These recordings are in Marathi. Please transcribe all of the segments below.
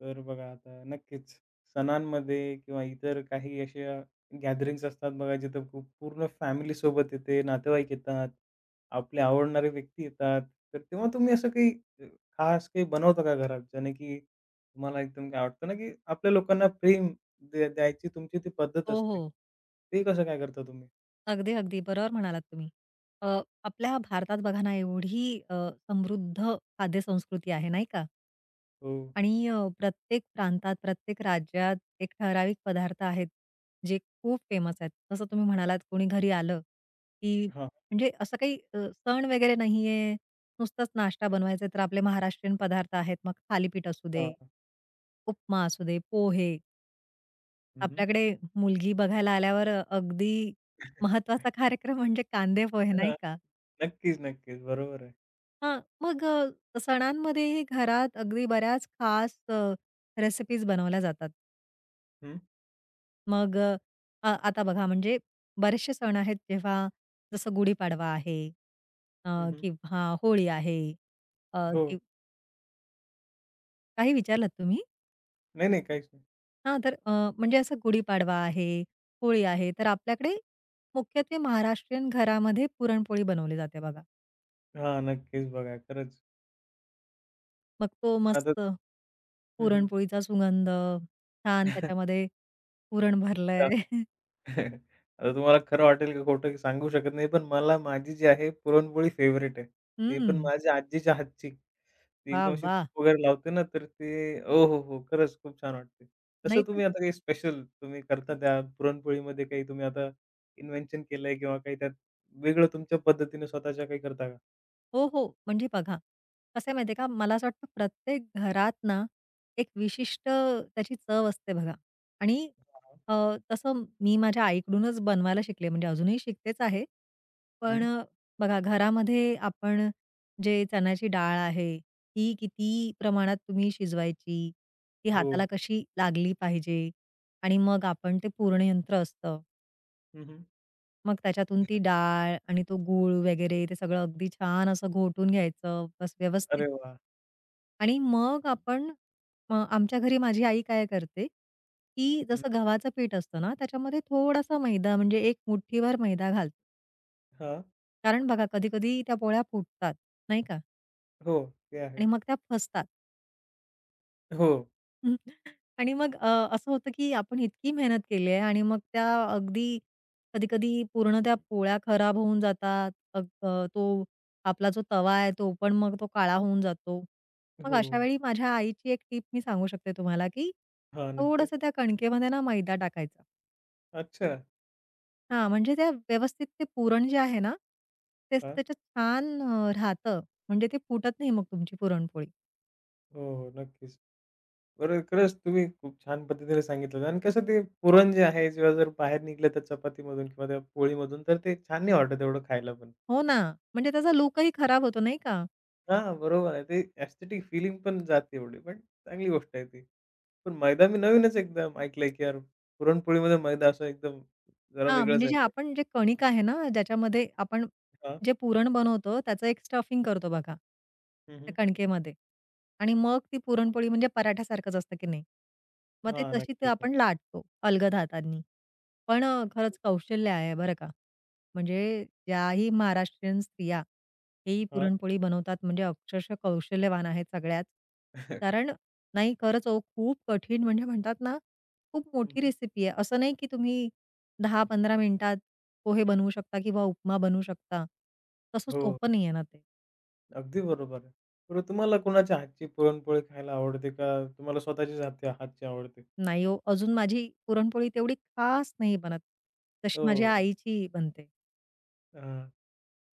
तर बघा आता नक्कीच सणांमध्ये किंवा इतर काही अशा गॅदरिंग्स असतात बघा जिथं खूप पूर्ण फॅमिली सोबत येते, नातेवाईक येतात, आपले आवडणारे व्यक्ती येतात. तर तेव्हा तुम्ही असं काही अ, खास काही बनवता का घरात ज्याने की तुम्हाला एकदम काय वाटतं ना, की आपल्या लोकांना प्रेम द्यायची तुमची ती पद्धत हो, असते. हो. ते कसं काय करता तुम्ही? अगदी, अगदी. बरोबर म्हणालात तुम्ही. अ, आपल्या भारतात बघा ना, एवढी अ, समृद्ध खाद्यसंस्कृती आहे, नाही का? हो. आणि प्रत्येक प्रांतात, प्रत्येक राज्यात एक ठराविक पदार्थ आहेत, जे खूप फेमस आहेत. जसं तुम्ही म्हणालात, कोणी घरी आलं, की हां, म्हणजे असं काही सण वगैरे नाहीये, नुसताच नाश्ता बनवायचा आहे, तर आपले महाराष्ट्रीयन पदार्थ आहेत. मग थालीपीठ असू दे, हां. उपमा असू दे, पोहे. हं, हं. आपल्याकडे मुलगी बघायला आल्यावर अगदी महत्वाचा कार्यक्रम म्हणजे कांदे पोहे, नाही का? नक्कीच, नक्कीच. बरोबर आहे. हां, मग सणांमध्येही घरात अगदी बऱ्याच खास रेसिपीज बनवल्या जातात. हं. मग अ, अ, आता बघा म्हणजे बरेचसे सण आहेत जेव्हा जसं गुढीपाडवा आहे अ, हं, किंवा होळी आहे हो. की काही विचारलात तुम्ही? नाही, नाही. काहीच हां, तर म्हणजे असं गुढीपाडवा आहे, होळी आहे, तर आपल्याकडे मुख्यत्वे महाराष्ट्रीयन घरामध्ये पुरणपोळी बनवली जाते बघा. हां, नक्कीच बघा. खरंच मग तो आता मस्त हं, हं. पुरणपोळीचा सुगंध, छान त्याच्यामध्ये पुरण भरलंय. आता तुम्हाला खरं वाटेल का खोटं की सांगू शकत नाही, पण मला माझी जी आहे पुरणपोळी फेव्हरेट आहे. ते पण हं, माझ्या आजीच्या हातची. ती वाह! एकदम अशी वाह! तूप वगैरे लावते ना, तर ते ओ हो, हो! खरंच खूप छान वाटते. तसं नाही पण तुम्ही आता काही स्पेशल तुम्ही करता त्या पुरणपोळीमध्ये काही तुम्ही आता इन्व्हेन्शन केलंय किंवा काही त्यात वेगळं तुमच्या पद्धतीने स्वतःच्या काही करता का? हो, हो. म्हणजे बघा, कसं आहे माहिती का, मला असं वाटतं प्रत्येक घरात ना, एक विशिष्ट त्याची चव असते बघा. आणि हां. अ, तसं मी माझ्या आईकडूनच बनवायला शिकले, म्हणजे अजूनही शिकतेच आहे. पण हं. बघा घरामध्ये आपण जे चण्याची डाळ आहे, ती किती प्रमाणात तुम्ही शिजवायची, ती हो. हाताला कशी लागली पाहिजे आणि मग आपण ते पूर्ण यंत्र असतं. हं, हं. मग त्याच्यातून ती डाळ आणि तो गूळ वगैरे ते सगळं अगदी छान असं घोटून घ्यायचं बस व्यवस्थित अरे वाह! आणि मग आपण आमच्या घरी माझी आई काय करते, की हं. जसं गव्हाचं पीठ असतं ना, त्याच्यामध्ये थोडासा मैदा म्हणजे एक मुठ्ठीभर मैदा घालते. हां. कारण बघा कधी-कधी त्या पोळ्या फुटतात, नाही का? हो, ते आहे. आणि मग त्या फसतात. हो, हं. आणि मग असं होतं की आपण इतकी मेहनत केली आहे आणि मग त्या अगदी कधी-कधी पूर्ण त्या पोळ्या खराब होऊन जातात. अग तो आपला जो तवा आहे तो पण मग तो काळा होऊन जातो. मग हो. अशा वेळी माझ्या आईची एक टीप मी सांगू शकते तुम्हाला की हां, नक्कीच. थोडंसं त्या कणकेमध्ये ना मैदा टाकायचा. अच्छा. हां, म्हणजे त्या व्यवस्थित ते पुरण जे आहे ना, ते असं हां. त्याच्यात छान राहतं. म्हणजे ते फुटत नाही मग तुमची पुरणपोळी. हो, हो. नक्कीच. बरं, खरंच तुम्ही खूप छान पद्धतीने सांगितलं आणि कसं ते पुरण जे आहे जेव्हा जर बाहेर निघलं त्या चपातीमधून किंवा त्या पोळीमधून तर ते छान नाही वाटत एवढं खायला पण. हो ना, म्हणजे त्याचा लूकही खराब होतो नाही का? हां, बरोबर आहे. ते एस्थेटिक फिलिंग पण जाते एवढी, पण चांगली गोष्ट आहे ती. पण मैदा मी नवीनच एकदम ऐकलंय, की यार पुरणपोळीमध्ये मैदा असं एकदम जरा हां, वेगळंच म्हणजे आहे जे ते. आपण जे कणिक आहे ना, ज्याच्यामध्ये आपण हां. जे पुरण बनवतो, त्याचं एक स्टफिंग करतो बघा, हं, त्या हं. कणकेमध्ये आणि मग ती पुरणपोळी म्हणजे पराठ्यासारखंच असतं की नाही. मग ते हां, तशी ते नक्कीच, आपण नक्कीच. लाटतो अलगद हातांनी. पण खरंच कौशल्य आहे बरं का. म्हणजे ज्याही महाराष्ट्रीयन स्त्रिया ही हां. पुरणपोळी बनवतात म्हणजे अक्षरशः कौशल्यवान आहेत सगळ्याच. कारण नाही खरंच हो खूप कठीण म्हणजे म्हणतात ना, खूप हं, मोठी हं. रेसिपी आहे. असं नाही की तुम्ही 10-15 मिनिटात पोहे बनवू शकता किंवा उपमा बनवू शकता. तसं हो. सोपं नाहीये ना ते. अगदी बरोबर आहे. बरं तुम्हाला कोणाच्या हातची पुरणपोळी खायला आवडते का तुम्हाला स्वतःचीच हातच्या हातची आवडते? नाही हो, अजून माझी पुरणपोळी तेवढी खास नाही बनत, जशी माझ्या हो. आईची बनते. हां.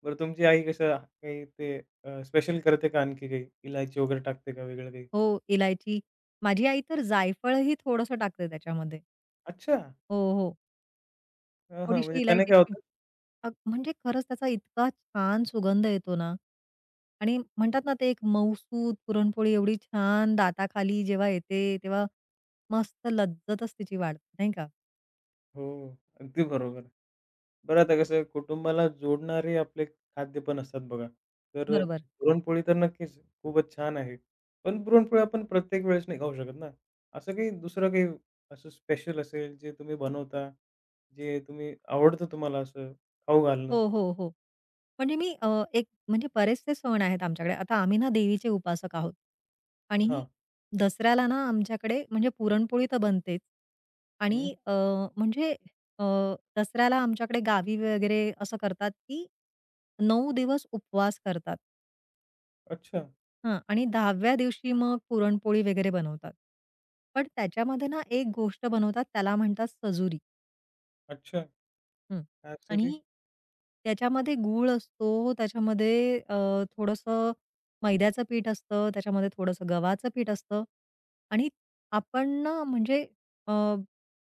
बरं तुमची आई कसं काही ते स्पेशल करते का आणखी काही? इलायची वगैरे टाकते का वेगळं काही? हो, इलायची. माझी आई तर जायफळही थोडंसं टाकते त्याच्यामध्ये. अच्छा! हो, हो. हां, हां. म्हणजे थोडीशी त्याने इलायची काय चिप होतं? म्हणजे खरंच त्याचा इतका छान सुगंध येतो ना आणि म्हणतात ना ते एक मऊसूत पुरणपोळी एवढी छान दाताखाली जेव्हा येते, तेव्हा मस्त लज्जतच तिची वाढते, नाही का? हो. अगदी बरोबर. आहे. बरं आता कसं कुटुंबाला जोडणारे आपले खाद्य पण असतात बघा. तर बरोबर. पुरणपोळी तर नक्कीच खूपच छान आहे. पण पुरणपोळी आपण प्रत्येक वेळेस नाही खाऊ शकत ना. असं काही दुसरं काही असं स्पेशल असेल जे तुम्ही बनवता? जे तुम्ही आवडतं तुम्हाला असं खाऊ घालणं? हो, हो, हो. म्हणजे मी एक म्हणजे बरेचसे सण आहेत आमच्याकडे. आता आम्ही ना देवीचे उपासक आहोत आणि हां. दसऱ्याला ना आमच्याकडे म्हणजे पुरणपोळी तर बनतेच हं. आणि म्हणजे अ, दसऱ्याला आमच्याकडे गावी वगैरे असं करतात, की 9 दिवस उपवास करतात. अच्छा, हां आणि 10व्या दिवशी मग पुरणपोळी वगैरे बनवतात. पण त्याच्यामध्ये ना एक गोष्ट बनवतात त्याला म्हणतात सजुरी. अच्छा. हं. काय असते ते? आणि त्याच्यामध्ये गूळ असतो, त्याच्यामध्ये थोडंसं मैद्याचं पीठ असतं, त्याच्यामध्ये थोडंसं गव्हाचं पीठ असतं आणि आपण ना म्हणजे अ,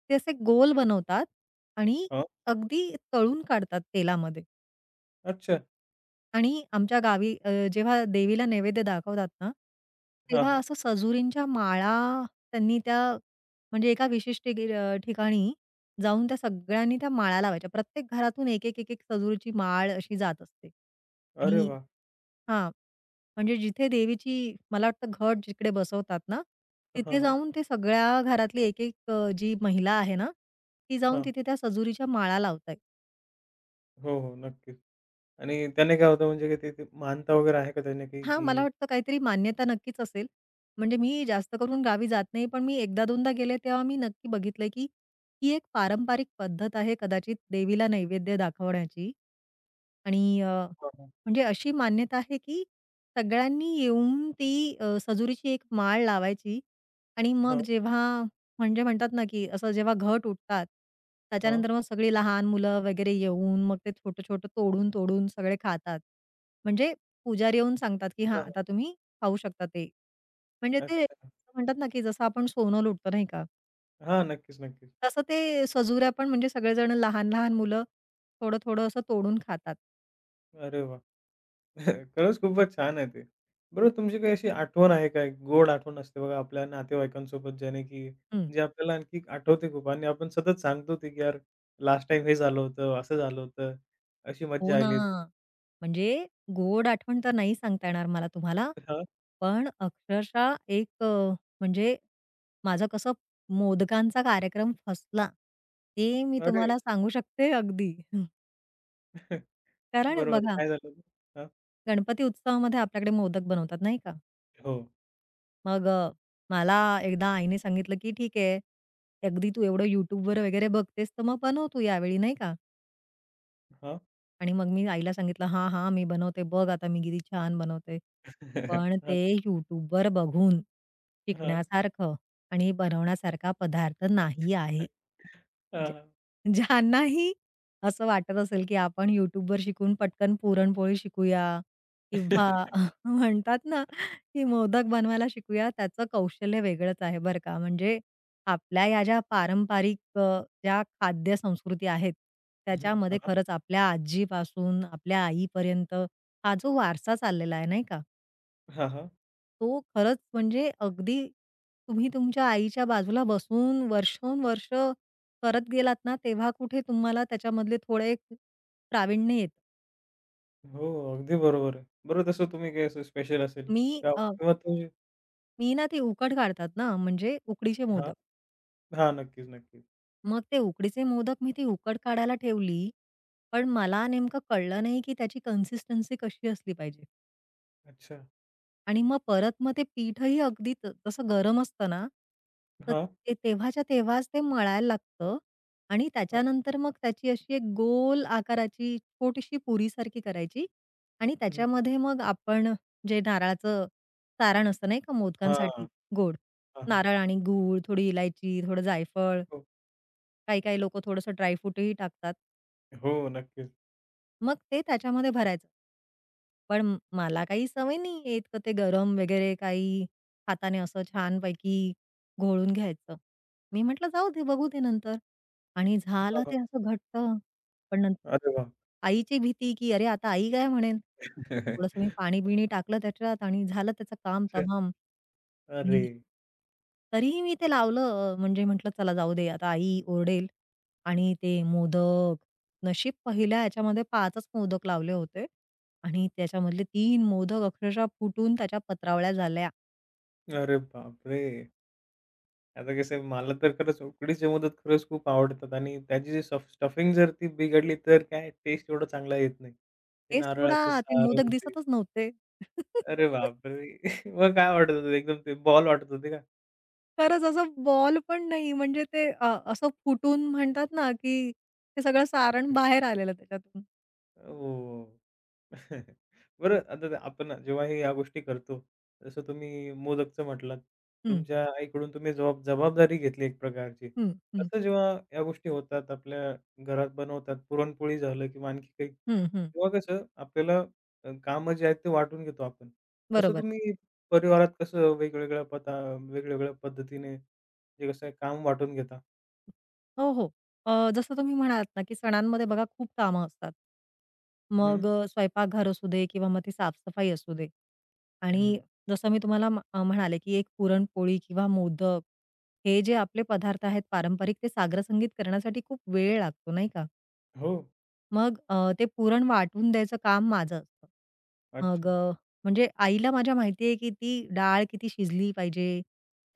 ते असे गोल बनवतात आणि हां. अगदी तळून काढतात तेलामध्ये. अच्छा. आणि आमच्या गावी जेव्हा देवीला नैवेद्य दाखवतात ना, हां, तेव्हा हां. असं सजुरींच्या माळा त्यांनी त्या म्हणजे एका विशिष्ट ठिकाणी जाऊन त्या सगळ्यांनी त्या माळा लावायच्या. प्रत्येक घरातून एक, एक, एक, एक सजुरीची माळ अशी जात असते. अरे आणि वाह! हां, म्हणजे जिथे देवीची मला वाटतं घट जिकडे बसवतात ना, हां, तिथे हां. जाऊन ते सगळ्या घरातली एक, एक जी महिला आहे ना, ती जाऊन हां. तिथे त्या सजुरीच्या माळा लावत हो, हो. नक्कीच. आणि त्याने काय होतं म्हणजे ते ते मानता वगैरे आहे का त्याने काही हां, मला की वाटतं काहीतरी मान्यता नक्कीच असेल. म्हणजे मी जास्त करून गावी जात नाही, पण मी एकदा-दोनदा गेले तेव्हा मी नक्की बघितलंय, की ही एक पारंपरिक पद्धत आहे कदाचित देवीला नैवेद्य दाखवण्याची आणि हां, हां. म्हणजे अशी मान्यता आहे की सगळ्यांनी येऊन ती सजुरीची एक माळ लावायची आणि मग हां, जेव्हा म्हणजे म्हणतात ना, की असं जेव्हा घट उठतात, हां. त्याच्यानंतर मग सगळी लहान मुलं वगैरे येऊन मग ते छोटं-छोटं तोडून-तोडून सगळे खातात. म्हणजे पुजारी येऊन सांगतात, की "हां, आता हां. तुम्ही खाऊ शकता ते." म्हणजे ते अच्छा. म्हणतात ना, की जसं आपण सोनं लुटतो नाही का? हां. नक्कीच, नक्कीच. तसं ते सजुऱ्या पण म्हणजे सगळेजण लहान-लहान मुलं थोडं-थोडं असं तोडून खातात. अरे वाह! खरंच खूपच छान आहे ते. बरोबर तुमची काही अशी आठवण आहे का? एक गोड आठवण असते बघा आपल्या नातेवाईकांसोबत ज्याने की हं. जे आपल्याला आणखी आठवते खूप आणि आपण सतत सांगतो ते की यार लास्ट टाईम हे झालं होतं, असं झालं होतं, अशी हो मज्जा ना. आली होती. म्हणजे गोड आठवण तर नाही सांगता येणार मला तुम्हाला. हां, पण अक्षरशः एक म्हणजे माझं कसं मोदकांचा कार्यक्रम फसला, ते मी अरे! तुम्हाला सांगू शकते अगदी. कारण बरोबर. बघा, काय झालं होतं? हां, गणपती उत्सवामध्ये आपल्याकडे मोदक बनवतात नाही का? हो. मग मला एकदा आईने सांगितलं, की "ठीक आहे, अगदी तू एवढं YouTubeवर वगैरे बघतेस, तर मग बनव तू यावेळी नाही का?" हां. आणि मग मी आईला सांगितलं, "हां, हां, मी बनवते. बघ आता मी किती छान बनवते." पण हां, ते YouTubeवर बघून हां. शिकण्यासारखं आणि बनवण्यासारखा पदार्थ नाही आहे. हां, हां. ज्या ज्यांनाही असं वाटत असेल, की आपण YouTubeवर शिकून पटकन पुरणपोळी शिकूया हं, हां. किंवा हां, हां. म्हणतात ना, की मोदक बनवायला शिकूया, त्याचं कौशल्य वेगळंच आहे बरं का. म्हणजे आपल्या या ज्या पारंपरिक ज्या खाद्य संस्कृती आहेत, त्याच्यामध्ये खरंच आपल्या आजीपासून आपल्या आईपर्यंत हा जो वारसा चाललेला आहे, नाही का? तो खरंच म्हणजे अगदी तुम्ही तुमच्या आईच्या बाजूला बसून वर्षोनवर्ष करत गेलात ना, तेव्हा कुठे तुम्हाला त्याच्यामधले थोडे एक प्रावीण्य येतं. हो, अगदी बरोबर आहे. बरोबर तसं तुम्ही काही असं स्पेशल असेल मी किंवा किंवा तुम्ही मी ना ती उकड काढतात ना, म्हणजे उकडीचे हां, मोदक. हां. नक्कीच, नक्कीच. मग ते उकडीचे मोदक मी ती उकड काढायला ठेवली, पण मला नेमकं कळलं नाही की त्याची कन्सिस्टन्सी कशी असली पाहिजे. अच्छा. आणि मग परत मग ते पीठही अगदी तसं गरम असतं ना, तर हां, ते तेव्हाच्या तेव्हाच ते मळायला लागतं आणि हां. त्याच्यानंतर मग त्याची अशी एक गोल आकाराची छोटीशी पुरीसारखी करायची आणि हं. त्याच्यामध्ये मग आपण जे नारळाचं सारण असतं नाही का हां. मोदकांसाठी गोड, हां, हां. नारळ आणि गूळ, थोडी इलायची, थोडं जायफळ, हो. काही-काही लोकं थोडंसं ड्रायफ्रूटही टाकतात. हो, नक्कीच. मग ते त्याच्यामध्ये भरायचं. पण मला काही सवय नाहीये इतकं ते गरम वगैरे काही हाताने असं छानपैकी घोळून घ्यायचं. मी म्हटलं जाऊ दे, बघू दे नंतर. आणि हां, झालं हां. ते असं घट्ट. पण नंतर अरे वाह! आईची भीती, की अरे आता आई काय म्हणेल? थोडंसं मी पाणी-बिणी टाकलं त्याच्यात आणि झालं त्याचं काम अच्छा. तमाम. अरे, मी तरीही मी ते लावलं. म्हणजे म्हटलं चला जाऊ दे आता आई ओरडेल आणि ते मोदक, नशीब पहिल्या ह्याच्यामध्ये 5च मोदक लावले होते आणि त्याच्यामधले 3 मोदक अक्षरशः फुटून त्याच्या पत्रावळ्या झाल्या. अरे बापरे! आता कसं आहे मला तर खरंच उकडीचे मोदक खरंच खूप आवडतात आणि त्याची जी स्टफिंग जर ती बिघडली तर काय टेस्ट एवढा चांगला येत नाही. ते ते सोडा नारळाचं ते मोदक सारण ते. दिसतच नव्हते. अरे बापरे! मग काय वाटत होतं एकदम ते बॉल वाटत होते का? खरंच असं बॉल पण नाही म्हणजे ते असं फुटून म्हणतात ना, की ते सगळं सारण अरे, बाहेर आलेलं त्याच्यातून. ओह! बरं आता ते आपण जेव्हा हे या गोष्टी करतो, जसं तुम्ही मोदकचं म्हटलात, हं, तुमच्या आईकडून तुम्ही जबाबदारी घेतली एक प्रकारची. हं, हं, तसं जेव्हा या गोष्टी होतात, आपल्या घरात बनवतात, पुरणपोळी झालं किंवा आणखी काही, हं, हं. तेव्हा कसं आपल्याला कामं जे आहेत ते वाटून घेतो आपण. तसं बरोबर. तुम्ही परिवारात कसं वेगवेगळ्या पद्धतीने जे कसं आहे काम वाटून घेता? हो, हो. जसं तुम्ही म्हणालात ना, की सणांमध्ये बघा खूप कामं असतात. हं, मग स्वयंपाकघर असू दे किंवा मग ती साफसफाई असू दे. आणि हं. जसं मी तुम्हाला म्हणाले, की एक पुरणपोळी किंवा मोदक हे जे आपले पदार्थ आहेत पारंपरिक, ते साग्रसंगीत करण्यासाठी खूप वेळ लागतो, नाही का? हो. मग ते पुरण वाटून द्यायचं काम माझं असतं. अच्छा. मग म्हणजे आईला माझ्या माहिती आहे, की ती डाळ किती शिजली पाहिजे,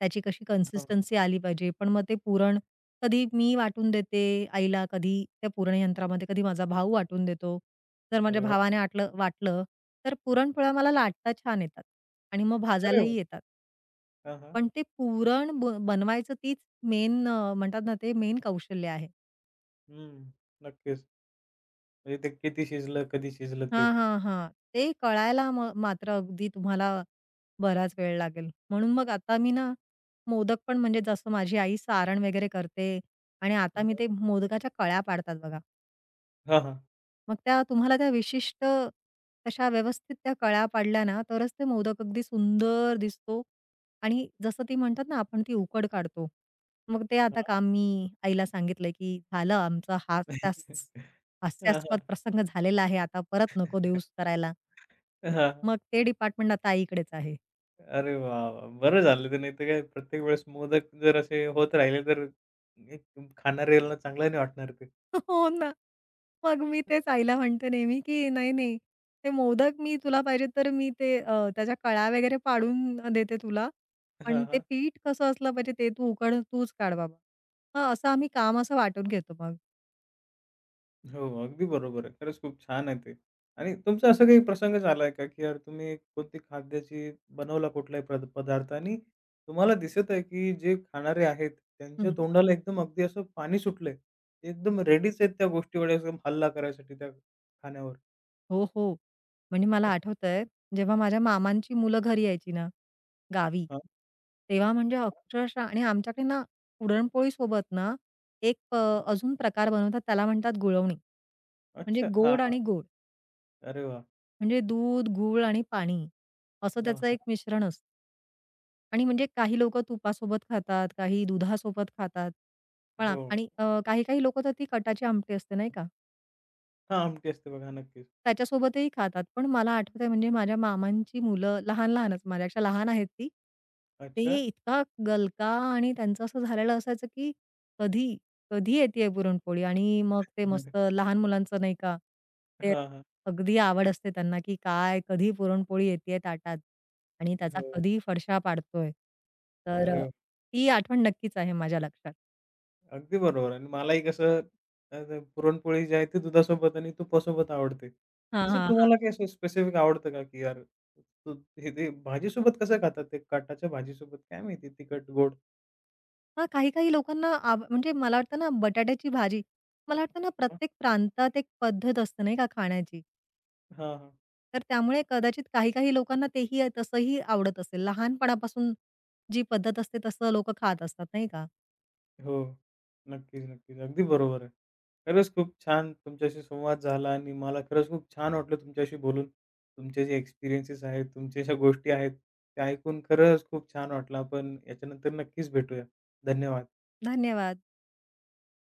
त्याची कशी हां. कन्सिस्टन्सी आली पाहिजे. पण मग ते पुरण कधी मी वाटून देते आईला, कधी त्या पुरण यंत्रामध्ये, कधी माझा भाऊ वाटून देतो. जर माझ्या अरे वाह! भावाने आटलं वाटलं, तर पुरणपोळ्या मला लाटता छान येतात आणि मग अरे वाह! भाजायलाही येतात. हां, हां. पण ते पुरण बनवायचं तीच मेन म्हणतात ना, ते मेन कौशल्य आहे. हं. नक्कीच. म्हणजे ते किती शिजलं, कधी शिजलं ते? हां, हां, हां. ते कळायला मात्र अगदी तुम्हाला बराच वेळ लागेल. म्हणून मग आता मी ना, मोदक पण म्हणजे जसं माझी आई सारण वगैरे करते आणि आता मी ते मोदकाच्या कळ्या पाडतात बघा. हां, हां. मग त्या तुम्हाला त्या विशिष्ट तशा व्यवस्थित त्या कळ्या पाडल्या ना, तरच ते मोदक अगदी सुंदर दिसतो आणि जसं ती म्हणतात ना, आपण ती उकड काढतो. मग ते हां. आता काम मी आईला सांगितलंय, की "झालं आमचा हां, हास्यास्पद हां. प्रसंग झालेला आहे. आता परत नको देऊस करायला." हां. मग ते डिपार्टमेंट आता आईकडेच आहे. अरे वाह, वाह! बरं झालं ते. नाहीतर काय प्रत्येक वेळेस मोदक जर असे होत राहिले तर एक खाणाऱ्याला चांगलं नाही वाटणार ते. हो ना. मग मी तेच आईला म्हणते नेहमी, की "नाही, नाही, ते मोदक मी तुला पाहिजे तर मी ते त्याच्या कळ्या वगैरे पाडून देते तुला. हां, पण ते हां. पीठ कसं असलं पाहिजे ते तू उकड तूच काढ बाबा." हां, असं आम्ही काम असं वाटून घेतो मग. हो, अगदी बरोबर आहे. खरंच खूप छान आहे ते. आणि तुमचा असा काही प्रसंग झालाय का, की यार तुम्ही कोणती खाद्याची बनवला कुठलाही पदार्थ आणि तुम्हाला दिसत आहे, की जे खाणारे आहेत त्यांच्या तोंडाला एकदम अगदी असं पाणी सुटलंय. ते एकदम रेडीच आहेत त्या गोष्टीवर एकदम हल्ला करायसाठी त्या खाण्यावर. हो, हो. म्हणजे मला आठवतंय, जेव्हा माझ्या मामांची मुलं घरी यायची ना, गावी, हां, तेव्हा म्हणजे अक्षरशः आणि आमच्याकडे ना पुरणपोळी सोबत ना एक अजून प्रकार बनवतात त्याला म्हणतात गुळवणी. म्हणजे अच्छा. हां, गोड हां. आणि गोड. अरे वाह! म्हणजे दूध, गूळ आणि पाणी असं हां, त्याचं हां. एक मिश्रण असतं. आणि म्हणजे काही लोकं तुपासोबत खातात, काही दुधासोबत खातात. पण हो. आणि काही-काही लोकं तर ती कटाची आमटी असते नाही का? हां, आमटी असते बघा नक्कीच. त्याच्यासोबतही खातात. पण मला आठवतंय म्हणजे माझ्या मामांची मुलं लहान-लहानच माझ्यापेक्षा लहान आहेत ती. ते अच्छा. इतका गलका आणि त्यांचं असं झालेलं असायचं, की कधी, कधी येतेय पुरणपोळी आणि मग ते मस्त लहान मुलांचं नाही का, ते हां, हां. अगदी आवड असते त्यांना, की काय कधी पुरणपोळी येतेय ताटात आणि त्याचा हो. कधी फडशा पाडतोय. तर अरे वाह! ती आठवण नक्कीच आहे माझ्या लक्षात. अगदी बरोबर आणि मलाही कसं ते पुरणपोळी जी आहे ती दुधासोबत आणि तुपासोबत आवडते. हां, तसं हां. तुम्हाला काही असं स्पेसिफिक आवडतं का, की यार तू हे ते भाजीसोबत कसं खातात ते काटाच्या भाजीसोबत काय माहिती तिखट, गोड? हां, काही-काही लोकांना म्हणजे मला वाटतं ना, बटाट्याची भाजी मला वाटतं ना, हां, प्रत्येक प्रांतात एक पद्धत असते नाही का खाण्याची. हां. तर त्यामुळे कदाचित काही-काही लोकांना तेही तसंही आवडत असेल. लहानपणापासून जी पद्धत असते तसं लोकं खात असतात नाही का? हो. नक्कीच, नक्कीच. अगदी बरोबर आहे. खरंच खूप छान तुमच्याशी संवाद झाला आणि मला खरंच खूप छान वाटलं तुमच्याशी बोलून. तुमचे जे एक्सपिरियन्सेस आहेत, तुमच्या ज्या गोष्टी आहेत, त्या ऐकून खरंच खूप छान वाटलं. आपण याच्यानंतर नक्कीच भेटूया. धन्यवाद. धन्यवाद.